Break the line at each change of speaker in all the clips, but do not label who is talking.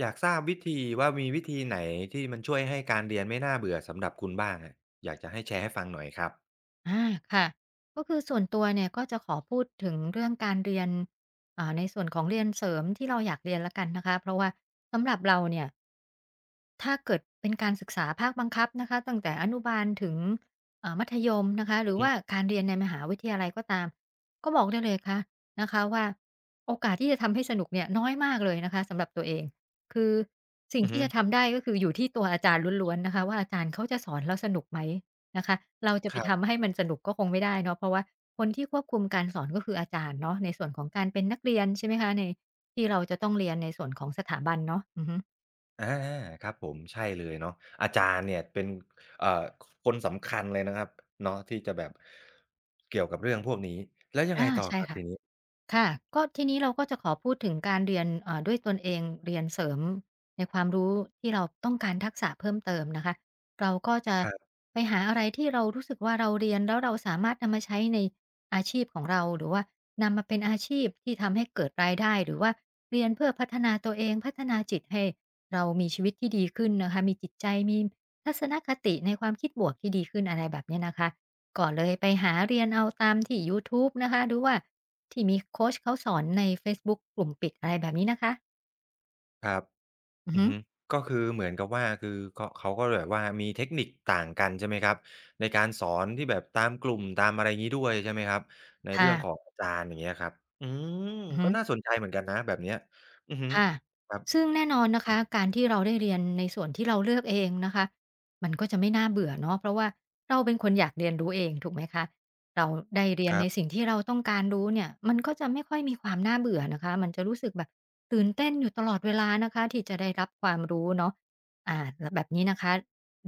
อยากทราบวิธีว่ามีวิธีไหนที่มันช่วยให้การเรียนไม่น่าเบื่อสำหรับคุณบ้างอะอยากจะให้แชร์ให้ฟังหน่อยครับ
อาค่ะก็คือส่วนตัวเนี่ยก็จะขอพูดถึงเรื่องการเรียนในส่วนของเรียนเสริมที่เราอยากเรียนแล้วกันนะคะเพราะว่าสำหรับเราเนี่ย ถ้าเกิดเป็นการศึกษาภาคบังคับนะคะตั้งแต่อนุบาลถึงมัธยมนะคะห
อื
รื
อ
อ
ฮึ
ว่าการเรียนในมหาวิทยาลัยก็ตามก็บอกได้เลยคะนะคะว่าโอกาสที่จะทำให้สนุกเนี่ยน้อยมากเลยนะคะสำหรับตัวเองคือสิ่ง
อือ
ที่
ฮึ
จะทำได้ก็คืออยู่ที่ตัวอาจารย์ล้วนๆนะคะว่าอาจารย์เขาจะสอนแล้วสนุกไหมนะคะเราจะ
ค
ไป
รั
ทำ
บ
ให้มันสนุกก็คงไม่ได้เนาะเพราะว่าคนที่ควบคุมการสอนก็คืออาจารย์เนาะในส่วนของการเป็นนักเรียนใช่ไหมคะในที่เราจะต้องเรียนในส่วนของสถาบันเนาะอือฮึ
อาครับผมใช่เลยเนาะอาจารย์เนี่ยเป็นเอ่อคนสำคัญเลยนะครับเนาะที่จะแบบเกี่ยวกับเรื่องพวกนี้แล้วยังไง
อา
ต่อ
ใช่
ครับ
ค่ะ
ทีนี้
ค่ะก็ทีนี้เราก็จะขอพูดถึงการเรียนด้วยตนเองเรียนเสริมในความรู้ที่เราต้องการทักษะเพิ่มเติมนะคะเราก็จะ
ครับ
ไปหาอะไรที่เรารู้สึกว่าเราเรียนแล้วเราสามารถนำมาใช้ในอาชีพของเราหรือว่านำมาเป็นอาชีพที่ทำให้เกิดรายได้หรือว่าเรียนเพื่อพัฒนาตัวเองพัฒนาจิตให้เรามีชีวิตที่ดีขึ้นนะคะมีจิตใจมีทัศนคติในความคิดบวกที่ดีขึ้นอะไรแบบเนี้ยนะคะก็เลยไปหาเรียนเอาตามที่ยูทูบนะคะหรือว่า ที่มีโคชเขาสอนในเฟซบุ๊กกลุ่มปิดอะไรแบบนี้นะคะ
ครับ
อือ
อือ
ฮึ
ฮึก็คือเหมือนกับว่าคือก็เขาก็แบบว่ามีเทคนิคต่างกันใช่ไหมครับในการสอนที่แบบตามกลุ่มตามอะไรงี้ด้วยใช่ไหมครับในเรื่องของ
ค่ะ
อาจารย์อย่างเงี้ยครับอืม
อือฮึ
ก็น่าสนใจเหมือนกันนะแบบเนี้ยอือฮึ
ค่ะ
ครับ
ซึ่งแน่นอนนะ
อื
คะ
ม
การที่เราได้เรียนในส่วนที่เราเลือกเองนะคะ มันก็จะไม่น่าเบื่อเนาะเพราะว่าเราเป็นคนอยากเรียนรู้เองถูกไหมคะ เราได้เรีย
ค
น
รั
ในสิ่ง
บ
ที่เราต้องการรู้เนี่ย มันก็จะไม่ค่อยมีความน่าเบื่อนะคะมันจะรู้สึกแบบตื่นเต้นอยู่ตลอดเวลานะคะที่จะได้รับความรู้เนาะอ่าแบบนี้นะคะ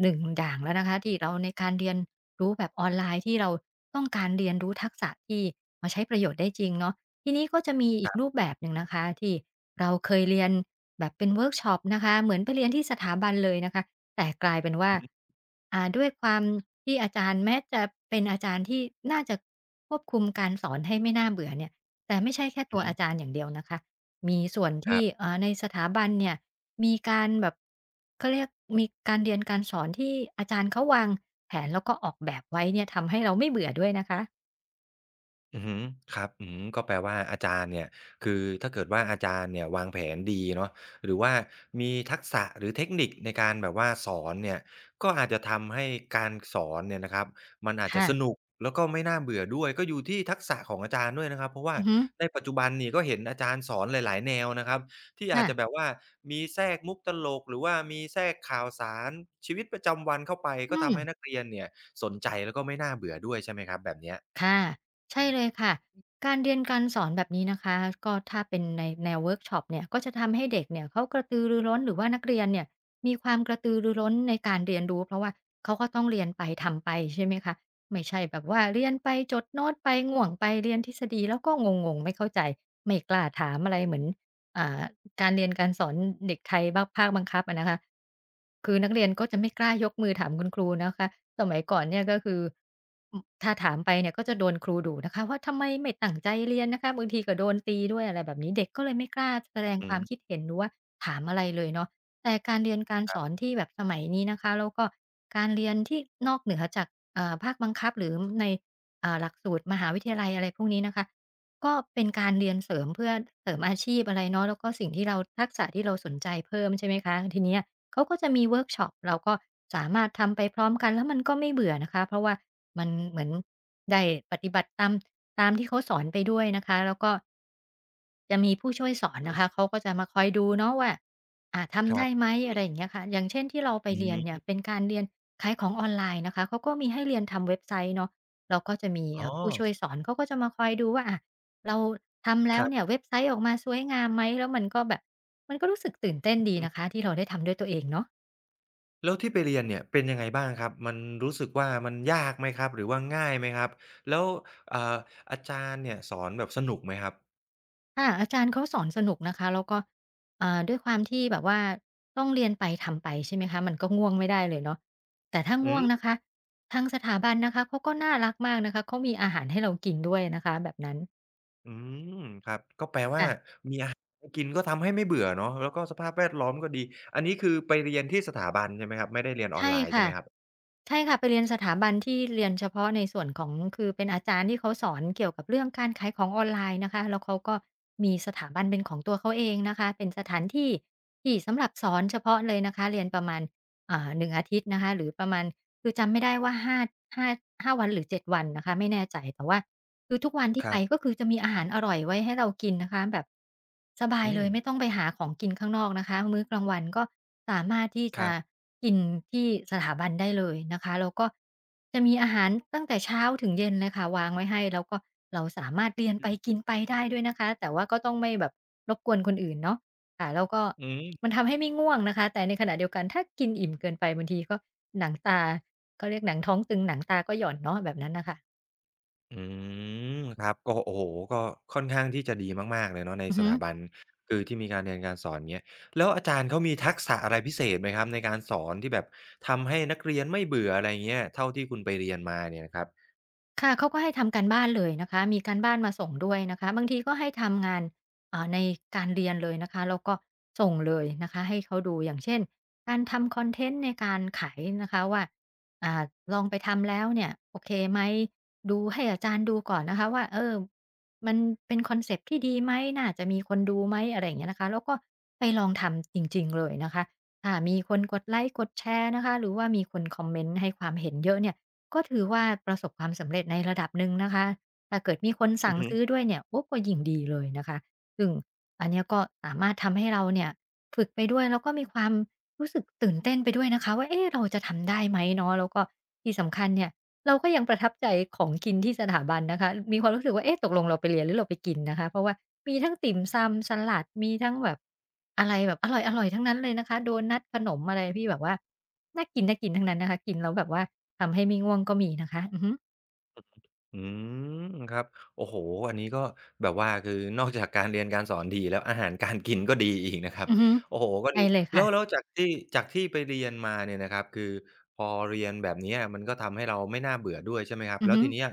หนึ่งอย่างแล้วนะคะที่เราในการเรียนรู้แบบออนไลน์ที่เราต้องการเรียนรู้ทักษะที่มาใช้ประโยชน์ได้จริงเนาะ ทีนี้ก็จะมีอี
ค
ก
รั
รู
บ
ปแบบหนึ่งนะคะที่เราเคยเรียนแบบเป็นเวิร์กช็อปนะคะเหมือนไปเรียนที่สถาบันเลยนะคะแต่กลายเป็นว่าด้วยความที่อาจารย์แม้จะเป็นอาจารย์ที่น่าจะควบคุมการสอนให้ไม่น่าเบื่อเนี่ยแต่ไม่ใช่แค่
อื
ตั
อ
ว
ฮึ
อาจารย์อย่างเดียวนะคะมีส่วน
ครั
ที่
บ
ในสถาบันเนี่ยมีการแบบเขาเรียกมีการเรียนการสอนที่อาจารย์เขาวางแผนแล้วก็ออกแบบไว้เนี่ยทำให้เราไม่เบื่อด้วยนะคะ
อือฮึครับอืมก็แปลว่าอาจารย์เนี่ยคือถ้าเกิดว่าอาจารย์เนี่ยวางแผนดีเนาะหรือว่ามีทักษะหรือเทคนิคในการแบบว่าสอนเนี่ยก็อาจจะทำให้การสอนเนี่ยนะครับมันอาจจะ
ค่ะ
สนุกแล้วก็ไม่น่าเบื่อด้วยก็อยู่ที่ทักษะของอาจารย์ด้วยนะครับเพราะว่า
อือฮึ
ในปัจจุบันนี่ก็เห็นอาจารย์สอนหลายๆแนวนะครับที่อาจจะแบ
ค่ะ
บว่ามีแทรกมุกตลกหรือว่ามีแทรกข่าวสารชีวิตประจำวันเข้าไป
อื
ก็ทำให้นัก
ม
เรียนเนี่ยสนใจแล้วก็ไม่น่าเบื่อด้วยใช่ไหมครับแบบเนี้ย
ค่ะ
อื
ใช่
ม
เลยค่ะการเรียนการสอนแบบนี้นะคะก็ถ้าเป็นในแนวเวิร์กช็อปเนี่ยก็จะทำให้เด็กเนี่ยเขากระตือรือร้นหรือว่านักเรียนเนี่ยมีความกระตือรือร้นในการเรียนรู้เพราะว่าเขาก็ต้องเรียนไปทำไปใช่ไหมคะไม่ใช่แบบว่าเรียนไปจดโน้ตไปง่วงไปเรียนทฤษฎีแล้วก็งงๆไม่เข้าใจไม่กล้าถามอะไรเหมือน อ่าการเรียนการสอนเด็กไทยบางภาคบังคับอะนะคะคือนักเรียนก็จะไม่กล้ายกมือถามคุณครูนะคะสมัยก่อนเนี่ยก็คืออือถ้าถามไปเนี่ยก็จะโดนครูดุนะคะว่าทำไมไม่ตั้งใจเรียนนะคะบางทีก็โดนตีด้วยอะไรแบบนี้เด็กก็เลยไม่กล้าแสด
อ
ง
ฮึ
ความคิดเห็นหรือว่าถามอะไรเลยเนาะแต่การเรียนการสอนที่แบบสมัยนี้นะคะแล้วก็การเรียนที่นอกเหนือจากภาคบังคับหรือในหลักสูตรมหาวิทยาลัยอะไรพวกนี้นะคะ ก็เป็นการเรียนเสริมเพื่อเสริมอาชีพอะไรเนาะแล้วก็สิ่งที่เราทักษะที่เราสนใจเพิ่มใช่ไหมคะทีเนี้ยเขาก็จะมีเวิร์กช็อปเราก็สามารถทำไปพร้อมกันแล้วมันก็ไม่เบื่อนะคะเพราะว่ามันเหมือนได้ปฏิบัติตามตามที่เขาสอนไปด้วยนะคะแล้วก็จะมีผู้ช่วยสอน
อื
นะคะ
ม
เขาก็จะมาคอยดูเนาะว่า
ค
ทำ
รั
ได้
บ
ไหม
อื
อะ
อ
ไรอย่างเงี้ยค่ะอย่างเช่นที่เราไป
อื
เรียนเนี่ย
ม
เป็นการเรียนขายของออนไลน์นะคะเขาก็มีให้เรียนทำเว็บไซต์เนาะเราก็จะมี
อ๋อ
ผู้ช่วยสอนเขาก็จะมาคอยดูว่าอา เราทำ
ค
แล้ว
รั
เนี่ย
บ
เว็บไซต์ออกมาสวยงามไหมแล้วมันก็แบบมันก็รู้สึกตื่นเต้นดี
อื
นะ
ม
คะที่เราได้ทำด้วยตัวเองเนาะ
แล้วที่ไปเรียนเนี่ยเป็นยังไงบ้างครับ มันรู้สึกว่ามันยากไหมครับหรือว่าง่ายไหมครับ แล้วอ่าอาจารย์เนี่ยสอนแบบสนุกไหมครับ
ค่ะอาจารย์เขาสอนสนุกนะคะแล้วก็ด้วยความที่แบบว่าต้องเรียนไปทำไปใช่ไหมคะมันก็ง่วงไม่ได้เลยเนาะแต่ถ้า
อื
ง่วง
ม
นะคะทางสถาบันนะคะเขาก็น่ารักมากนะคะเขามีอาหารให้เรากินด้วยนะคะแบบนั้น
อืมครับก็แปลว่า
ค่ะ
มีให้กินก็ทำให้ไม่เบื่อเนาะแล้วก็สภาพแวดล้อมก็ดีอันนี้คือไปเรียนที่สถาบันใช่ไหมครับไม่ได้เรียนออน
ใช่
ไลน์ใช่
ค่ะ
ไหมครับ
ใช่ค่ะไปเรียนสถาบันที่เรียนเฉพาะในส่วนของคือเป็นอาจารย์ที่เขาสอนเกี่ยวกับเรื่องการขายของออนไลน์นะคะแล้วเขาก็มีสถาบันเป็นของตัวเขาเองนะคะเป็นสถานที่ที่สำหรับสอนเฉพาะเลยนะคะเรียนประมาณ1อาทิตย์นะคะหรือประมาณคือจำไม่ได้ว่า าห้าวันหรือ7วันนะคะไม่แน่ใจแต่ว่า คือทุกวันที่
ค
ไป
รับ
ก็คือจะมีอาหารอร่อยไว้ให้เรากินนะคะแบบสบาย
อื
เล
ม
ยไม่ต้องไปหาของกินข้างนอกนะคะมื้อกลางวันก็สามารถที่
ค
จะ
รับ
กินที่สถาบันได้เลยนะคะแล้วก็จะมีอาหารตั้งแต่เช้าถึงเย็นเลยค่ะวางไว้ให้แล้วก็เราสามารถเรียน
อื
ไป
ม
กินไปได้ด้วยนะคะแต่ว่าก็ต้องไม่แบบรบกวนคนอื่นเนาะค่ะแล้วก็
อืม
มันทำให้ไม่ง่วงนะคะแต่ในขณะเดียวกันถ้ากินอิ่มเกินไปบางทีก็หนังตาเขาเรียกหนังท้องตึงหนังตาก็หย่อนเนาะแบบนั้นน่ะค่ะ
อืมครับก็โอ้โฮก็ค่อนข้างที่จะดีมากๆเลยเนาะใน
อือ
ส
ฮึ
ถาบันคือที่มีการเรียนการสอนเงี้ยแล้วอาจารย์เขามีทักษะอะไรพิเศษไหมครับในการสอนที่แบบทำให้นักเรียนไม่เบื่ออะไรเงี้ยเท่าที่คุณไปเรียนมาเนี่ยครับ
ค่ะเขาก็ให้ทำการบ้านเลยนะคะมีการบ้านมาส่งด้วยนะคะบางทีก็ให้ทำงานในการเรียนเลยนะคะแล้วก็ส่งเลยนะคะให้เขาดูอย่างเช่นการทำคอนเทนต์ในการขายนะคะว่าอ่าลองไปทำแล้วเนี่ยโอเคไหมดูให้อาจารย์ดูก่อนนะคะว่าเออมันเป็นคอนเซปต์ที่ดีไหมน่าจะมีคนดูไหมอะไรอย่างเงี้ยนะคะแล้วก็ไปลองทำจริงๆเลยนะคะถ้ามีคนกดไลก์กดแชร์นะคะหรือว่ามีคนคอมเมนต์ให้ความเห็นเยอะเนี่ย ก็ถือว่าประสบความสำเร็จในระดับหนึ่งนะคะถ้าเกิดมีคน
อื
สั่
อ
ง
ฮึ
ซื้อด้วยเนี่ยโอ้ก็ยิ่งดีเลยนะคะ ซึ่งอันเนี้ยก็สามารถทำให้เราเนี่ยฝึกไปด้วยแล้วก็มีความรู้สึกตื่นเต้นไปด้วยนะคะว่าเอ๊ะเราจะทำได้ไหมเนาะแล้วก็ที่สำคัญเนี่ย เราก็ยังประทับใจของกินที่สถาบันนะคะมีความรู้สึกว่าเอ๊ะตกลงเราไปเรียนหรือเราไปกินนะคะเพราะว่ามีทั้งติ่มซำสลัดมีทั้งแบบอะไรแบบอร่อยๆทั้งนั้นเลยนะคะโดนัตขนมอะไรที่แบบว่าน่ากินน่ากินทั้งนั้นนะคะกินแล้วแบบว่าทำให้ไม่ง่วงก็มีนะคะอือฮึ
อืมครับโอ้โฮอันนี้ก็แบบว่าคือ นอกจากการเรียนการสอนดีแล้วอาหาร การกินก็ดีอีกนะครับ
อือฮึ
โอ้โฮก็
ใช่
ดี
เลย
แล้วแล้
ค่ะ
วจากที่ไปเรียนมาเนี่ยนะครับคือพอเรียนแบบเนี้ยมันก็ทำให้เราไม่น่าเบื่อด้วยใช่ไหมครับ
อือ
แล้ว
ฮึ
ทีเนี้ย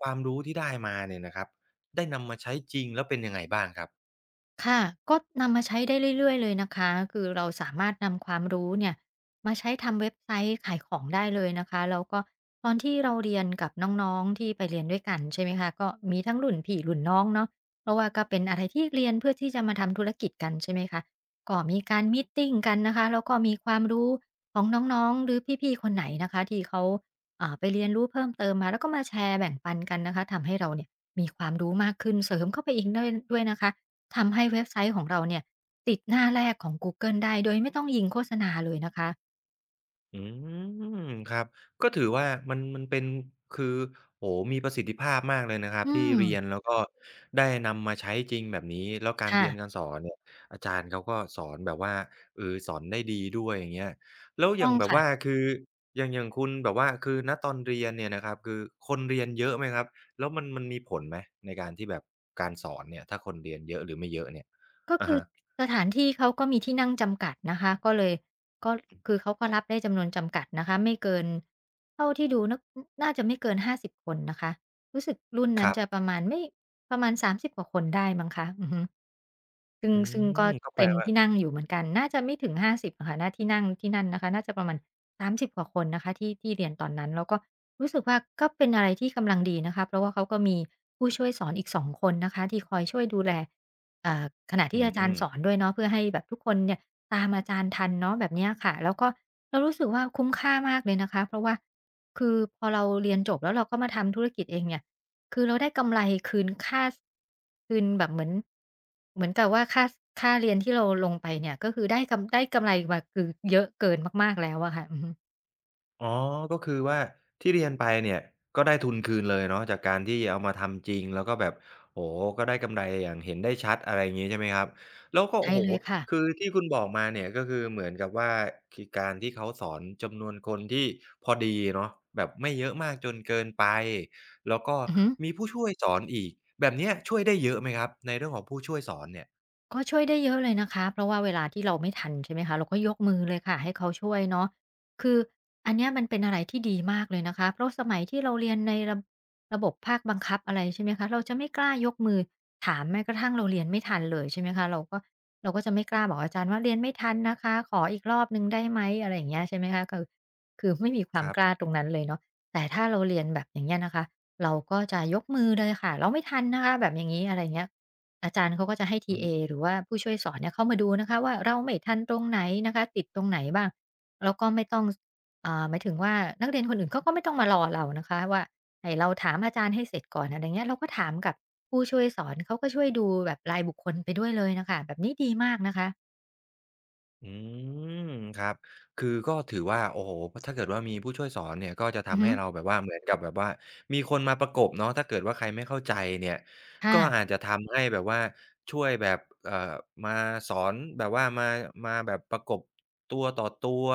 ความรู้ที่ได้มาเนี่ยนะครับได้นำมาใช้จริงแล้วเป็นยังไงบ้างครับ
ค่ะก็นำมาใช้ได้เรื่อยๆเลยนะคะคือเราสามารถนำความรู้เนี่ยมาใช้ทำเว็บไซต์ขายของได้เลยนะคะแล้วก็ตอนที่เราเรียนกับน้องๆที่ไปเรียนด้วยกันใช่ไหมคะก็มีทั้งรุ่นพี่รุ่นน้องเนาะเพราะว่าก็เป็นอะไรที่เรียนเพื่อที่จะมาทำธุรกิจกันใช่ไหมคะก็มีการมีตติงกันนะคะแล้วก็มีความรู้ของน้องๆหรือพี่ๆคนไหนนะคะที่เขาไปเรียนรู้เพิ่มเติมมาแล้วก็มาแชร์แบ่งปันกันนะคะทำให้เราเนี่ยมีความรู้มากขึ้นเสริมเข้าไปอีกด้วยนะคะ ทำให้เว็บไซต์ของเราเนี่ยติดหน้าแรกของกูเกิลได้โดยไม่ต้องยิงโฆษณาเลยนะคะ
อืมครับก็ถือว่ามันเป็นคือโอ้โฮมีประสิทธิภาพมากเลยนะครับ
อื
ที่
ม
เรียนแล้วก็ได้นำมาใช้จริงแบบนี้แล้วการ
ค่ะ
เรียนการสอนเนี่ยอาจารย์เขาก็สอนแบบว่าเออสอนได้ดีด้วยอย่างเงี้ยแล้
ถู
ว
ก
อ
ต้อ
ย่าง
ง
แบบว่า
ค่ะ
คืออย่างคุณแบบว่าคือณตอนเรียนเนี่ยนะครับคือคนเรียนเยอะไหมครับแล้วมันมีผลไหมในการที่แบบการสอนเนี่ยถ้าคนเรียนเยอะหรือไม่เยอะเนี่ย
ก็
อะ
คือ
ฮะ
สถานที่เขาก็มีที่นั่งจำกัดนะคะ ก็เลยก็คือเขาก็รับได้จำนวนจำกัดนะคะไม่เกินเท่าที่ดูนะนน่าจะไม่เกิน50คนนะคะรู้สึกรุ่น
ค
นั้น
รับ
จะประมาณไม่ประมาณ30กว่าคนได้มั้งคะอือฮึ ซึ่ง
อื
ซึ่งก็
มก็แปล
เต็ม
ว่า
ที่นั่งอยู่เหมือนกัน น่าจะไม่ถึง50อะค่ะน่าที่นั่งที่นั่นนะคะน่าจะประมาณ30กว่าคนนะคะที่ที่เรียนตอนนั้นแล้วก็รู้สึกว่าก็เป็นอะไรที่กำลังดีนะคะ เพราะว่าเขาก็มีผู้ช่วยสอนอีก2คนนะคะที่คอยช่วยดูแลอ่าขณะ
อื
ที่อาจารย์
ม
สอนด้วยเนาะเพื่อให้แบบทุกคนเนี่ยตามอาจารย์ทันเนาะแบบเนี้ยค่ะแล้วก็เรารู้สึกว่าคุ้มค่ามากเลยนะคะ เพราะว่าคือพอเราเรียนจบแล้วเราก็มาทำธุรกิจเองเนี่ย คือเราได้กำไรคืนค่าคืนแบบเหมือนเหมือนกับว่าค่าเรียนที่เราลงไปเนี่ยก็คือได้กำไรมาคือเยอะเกินมากๆแล้วอะค่ะอือฮึ
อ๋อก็คือว่าที่เรียนไปเนี่ยก็ได้ทุนคืนเลยเนาะจากการที่เอามาทำจริงแล้วก็แบบโอ้โฮก็ได้กำไรอย่างเห็นได้ชัดอะไรอย่างงี้ใช่ไหมครับแล้วก็
ใช่
โอ้โฮ
เลยค่ะ
คือที่คุณบอกมาเนี่ยก็คือเหมือนกับว่าคือการที่เขาสอนจำนวนคนที่พอดีเนาะแบบไม่เยอะมากจนเกินไปแล้วก็
อือฮึ
มีผู้ช่วยสอนอีกแบบเนี้ยช่วยได้เยอะไหมครับในเรื่องของผู้ช่วยสอนเนี่ย
ก็ช่วยได้เยอะเลยนะคะเพราะว่าเวลาที่เราไม่ทันใช่ไหมคะเราก็ยกมือเลยค่ะให้เขาช่วยเนาะคืออันเนี้ยมันเป็นอะไรที่ดีมากเลยนะคะเพราะสมัยที่เราเรียนในระบบภาคบังคับอะไรใช่ไหมคะเราจะไม่กล้ายกมือถามแม้กระทั่งเราเรียนไม่ทันเลยใช่ไหมคะเราก็จะไม่กล้าบอกอาจารย์ว่าเรียนไม่ทันนะคะขออีกรอบหนึ่งได้ไหมอะไรอย่างเงี้ยใช่ไหมคะคือไม่มีควา
ค
ม
รับ
กล้าตรงนั้นเลยเนาะแต่ถ้าเราเรียนแบบอย่างเงี้ยนะคะเราก็จะยกมือเลยค่ะเราไม่ทันนะคะแบบอย่างงี้อะไรอย่างเงี้ย อาจารย์เขาก็จะให้ที
อื
เอ
ม
หรือว่าผู้ช่วยสอนเนี่ยเข้ามาดูนะคะว่าเราไม่ทันตรงไหนนะคะติดตรงไหนบ้างแล้วก็ไม่ต้องหมายถึงว่านักเรียนคนอื่นเขาก็ไม่ต้องมารอเรานะคะว่าให้เราถามอาจารย์ให้เสร็จก่อนอะไรเงี้ยเราก็ถามกับผู้ช่วยสอนเขาก็ช่วยดูแบบรายบุคคลไปด้วยเลยน่ะค่ะแบบนี้ดีมากนะคะ
อืมครับคือก็ถือว่าโอ้โฮถ้าเกิดว่ามีผู้ช่วยสอนเนี่ยก็จะ
อือ
ทำ
ฮึ
ให้เราแบบว่าเหมือนกับแบบว่ามีคนมาประกบเนาะถ้าเกิดว่าใครไม่เข้าใจเนี่ยก็อาจ
ค่ะ
จะทำให้แบบว่าช่วยแบบเอ่อมาสอนแบบว่ามาแบบประกบตัวต่อตัว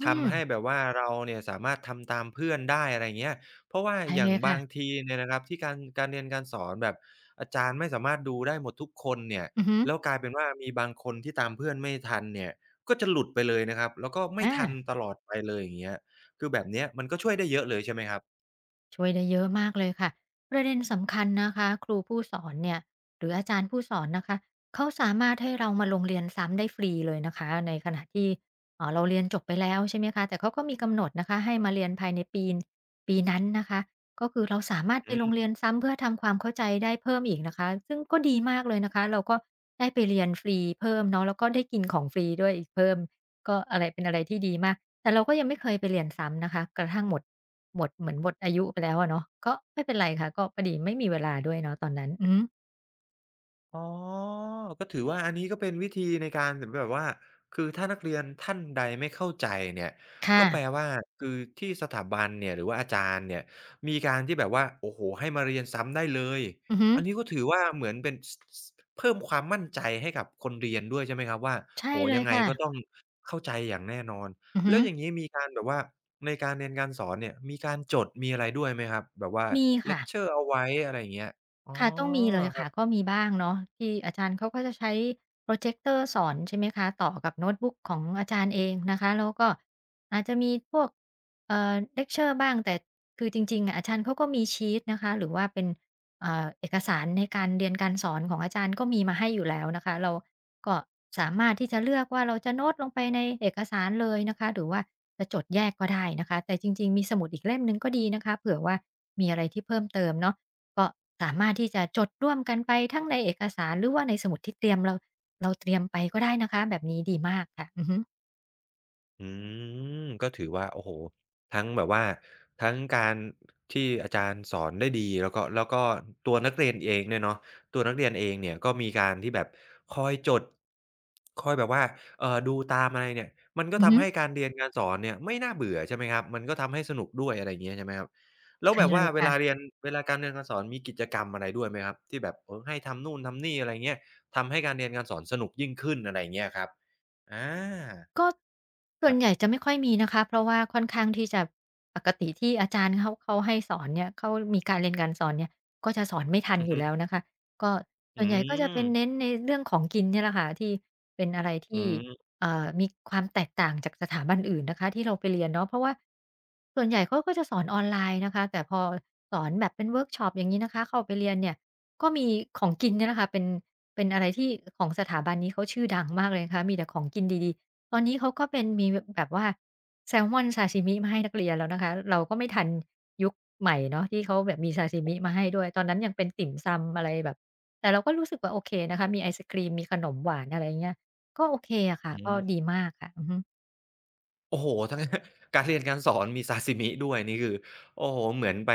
อืม
ทำให้แบบว่าเราเนี่ยสามารถทำตามเพื่อนได้อะไรเงี้ยเพราะว่า
ใช่
อ
เล
ย่าง
ย
บา
ค่ะ
งทีเนี่ยนะครับที่การเรียนการสอนแบบอาจารย์ไม่สามารถดูได้หมดทุกคนเนี่ย
อือฮึ
แล้วกลายเป็นว่ามีบางคนที่ตามเพื่อนไม่ทันเนี่ย ก็จะหลุดไปเลยนะครับแล้วก็ไม่
อา
ทันตลอดไปเลยอย่างเงี้ยคือแบบเนี้ยมันก็ช่วยได้เยอะเลยใช่ไหมครับ
ช่วยได้เยอะมากเลยค่ะประเด็นสำคัญนะคะครูผู้สอนเนี่ยหรืออาจารย์ผู้สอนนะคะเขาสามารถให้เรามาลงเรียนซ้ำได้ฟรีเลยนะคะในขณะที่เราเรียนจบไปแล้วใช่ไหมคะแต่เขาก็มีกำหนดนะคะให้มาเรียนภายในปีนั้นนะคะก็คือเราสามารถไปลงเรียนซ้ำเพื่อทำความเข้าใจได้เพิ่มอีกนะคะซึ่งก็ดีมากเลยนะคะเราก็ได้ไปเรียนฟรีเพิ่มเนาะแล้วก็ได้กินของฟรีด้วยอีกเพิ่มก็อะไรเป็นอะไรที่ดีมาก แต่เราก็ยังไม่เคยไปเรียนซ้ำนะคะกระทั่งหมดเหมือนหมดอายุไปแล้วอะเนาะก็ไม่เป็นไรค่ะก็พอดีไม่มีเวลาด้วยเนาะตอนนั้นอือฮึ
อ๋อ ก็ถือว่าอันนี้ก็เป็นวิธีในการแบบว่าคือถ้านักเรียนท่านใดไม่เข้าใจเนี่ยก็
ค่ะ
แปลว่าคือที่สถาบันเนี่ยหรือว่าอาจารย์เนี่ยมีการที่แบบว่าโอ้โฮให้มาเรียนซ้ำได้เลย
อือฮึ
อันนี้ก็ถือว่าเหมือนเป็นสเพิ่มความมั่นใจให้กับคนเรียนด้วยใช่ไหมครับว่า
ใช่
โอ้โฮ
เล
ยั
ย
งไง
ค่ะ
ก็ต้องเข้าใจอย่างแน่นอน
อือฮึ
แล้วอย่างงี้มีการแบบว่าในการเรียนการสอนเนี่ยมีการจดมีอะไรด้วยไหมครับแบบว่า
มี
เล
ค่ะ
กเชอร์เอาไว้อะไรอย่างเงี้ยอ๋อ
ค่ะต้องมีเลยค่ะก็มีบ้างเนาะที่อาจารย์เขาก็จะใช้โปรเจคเตอร์สอนใช่ไหมคะต่อกับโน้ตบุ๊กของอาจารย์เองนะคะแล้วก็อาจจะมีพวกเลคเชอร์บ้างแต่คือจริงๆอะอาจารย์เขาก็มีชีตนะคะหรือว่าเป็นเอกสารในการเรียนการสอนของอาจารย์ก็มีมาให้อยู่แล้วนะคะเราก็สามารถที่จะเลือกว่าเราจะโน้ตลงไปในเอกสารเลยนะคะหรือว่าจะจดแยกก็ได้นะคะแต่จริงๆมีสมุดอีกเล่มหนึ่งก็ดีนะคะเผื่อว่ามีอะไรที่เพิ่มเติมเนาะ ก็สามารถที่จะจดร่วมกันไปทั้งในเอกสารหรือว่าในสมุดที่เตรียมเราเตรียมไปก็ได้นะคะแบบนี้ดีมากค่ะอือฮึ
อืมก็ถือว่าโอ้โฮทั้งแบบว่าทั้งการที่อาจารย์สอนได้ดีแล้วก็ตัวนักเรียนเองเนี่ยเนาะตัวนักเรียนเองเนี่ยก็มีการที่แบบคอยจดคอยแบบว่าดูตามอะไรเนี่ยมันก็
อือฮึ
ทำให้การเรียนการสอนเนี่ยไม่น่าเบื่อใช่ไหมครับมันก็ทำให้สนุกด้วยอะไรอย่างเงี้ยใช่ไหมครับแล้ว
ใช่
แบบ
เล
ว่า
ยค่ะ
เวลาการเรียนการสอนมีกิจกรรมอะไรด้วยไหมครับที่แบบเออให้ทำนู่นทำนี่อะไรเงี้ยทำให้การเรียนการสอนสนุกยิ่งขึ้นอะไรอย่างเงี้ยครับอา
ก็ส่
ค
ว
รั
น
บ
ใหญ่จะไม่ค่อยมีนะคะเพราะว่าค่อนข้างที่จะปกติที่อาจารย์เขาให้สอนเนี่ยเขามีการเรียนการสอนเนี่ยก็จะสอนไม่ทัน
อือ
อยู่
ฮึ
แล้วนะคะก็
อื
ส่วนใหญ่ก็จะเป็นเน้น
ม
ในเรื่องของกินเนี่ยแหละค่ะที่เป็นอะไร
อื
ที่
ม
มีความแตกต่างจากสถาบันอื่นนะคะที่เราไปเรียนเนาะเพราะว่าส่วนใหญ่เขาก็จะสอนออนไลน์นะคะแต่พอสอนแบบเป็นเวิร์กช็อปอย่างงี้นะคะเข้าไปเรียนเนี่ยก็มีของกินเนี่ยแหละค่ะเป็นเป็นอะไรที่ของสถาบันนี้เขาชื่อดังมากเลยนะคะมีแต่ของกินดีๆ ตอนนี้เขาก็เป็นมีแบบว่าแซลมอนซาชิมิมาให้นักเรียนแล้วนะคะเราก็ไม่ทันยุคใหม่เนาะที่เขาแบบมีซาชิมิมาให้ด้วยตอนนั้นยังเป็นติ่มซำอะไรแบบแต่เราก็รู้สึกว่าโอเคนะคะมีไอศกรีมมีขนมหวานอะไรเงี้ยก็โอเคอะค่ะ
อื
ก็ดี
ม
มากค่ะอือฮึ
โอ้โฮทั้ง การเรียนการสอนมีซาซิมิด้วยนี่คือโอ้โฮเหมือนไป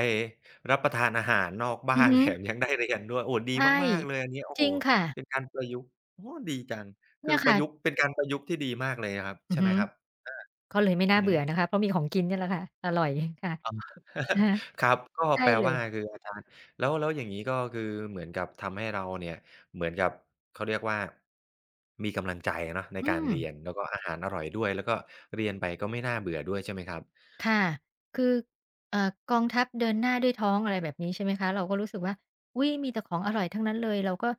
รับประทานอาหารนอกบ้า
อือ
น
ฮึ
แถมยังได้เรียนด้วยโอ้ดี
ใช่
มากๆเลยอันนี้โอ้
จ
โฮ
ริงค่ะ
เป็นการประยุกต์โอ้ดีจังคือ
เนี่ย
ป
ค่ะ
ระยุกต์เป็นการประยุกต์ที่ดีมากเลยนะครับ
อือ
ใช่ไห
ฮึ
มครับ
ก็เลยไม่น่า
อือ
เบื่
ฮึ
อนะคะเพราะมีของกินเนี่ยแหละค่ะอร่อยค่ะ
อ๋อ
อะ ฮะ
ครับก็
ใช่
แปล
เลย
ว่าคืออาจารย์แล้วอย่างนี้ก็คือเหมือนกับทำให้เราเนี่ยเหมือนกับเขาเรียกว่ามีกำลังใจเนาะใน
อื
การ
ม
เรียนแล้วก็อาหารอร่อยด้วยแล้วก็เรียนไปก็ไม่น่าเบื่อด้วยใช่ไหมครับ
ค่ะ คือกองทัพเดินหน้าด้วยท้องอะไรแบบนี้ใช่ไหมคะ เราก็รู้สึกว่าอุ๊ยมีแต่ของอร่อยทั้งนั้นเลย เราก็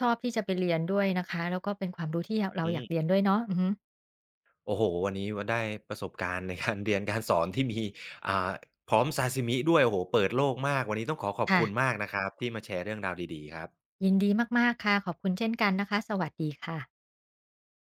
ชอบที่จะไปเรียนด้วยนะคะ แล้วก็เป็นความรู้ที่ยเรา
อื
อยาก
ม
เรียนด้วยเนาะอือฮึ
โอ้โหวันนี้ว่าได้ประสบการณ์ในการ เรียนการสอนที่มีอ่าพร้อมซาซิมิด้วยโอ้โหเปิดโลกมากวันนี้ต้องขอขอบ
ค่ะ
คุณมากนะครับที่มาแชร์เรื่องราวดีๆครับ
ยินดีมากๆค่ะ ขอบคุณเช่นกันนะคะ สวัสดีค่ะ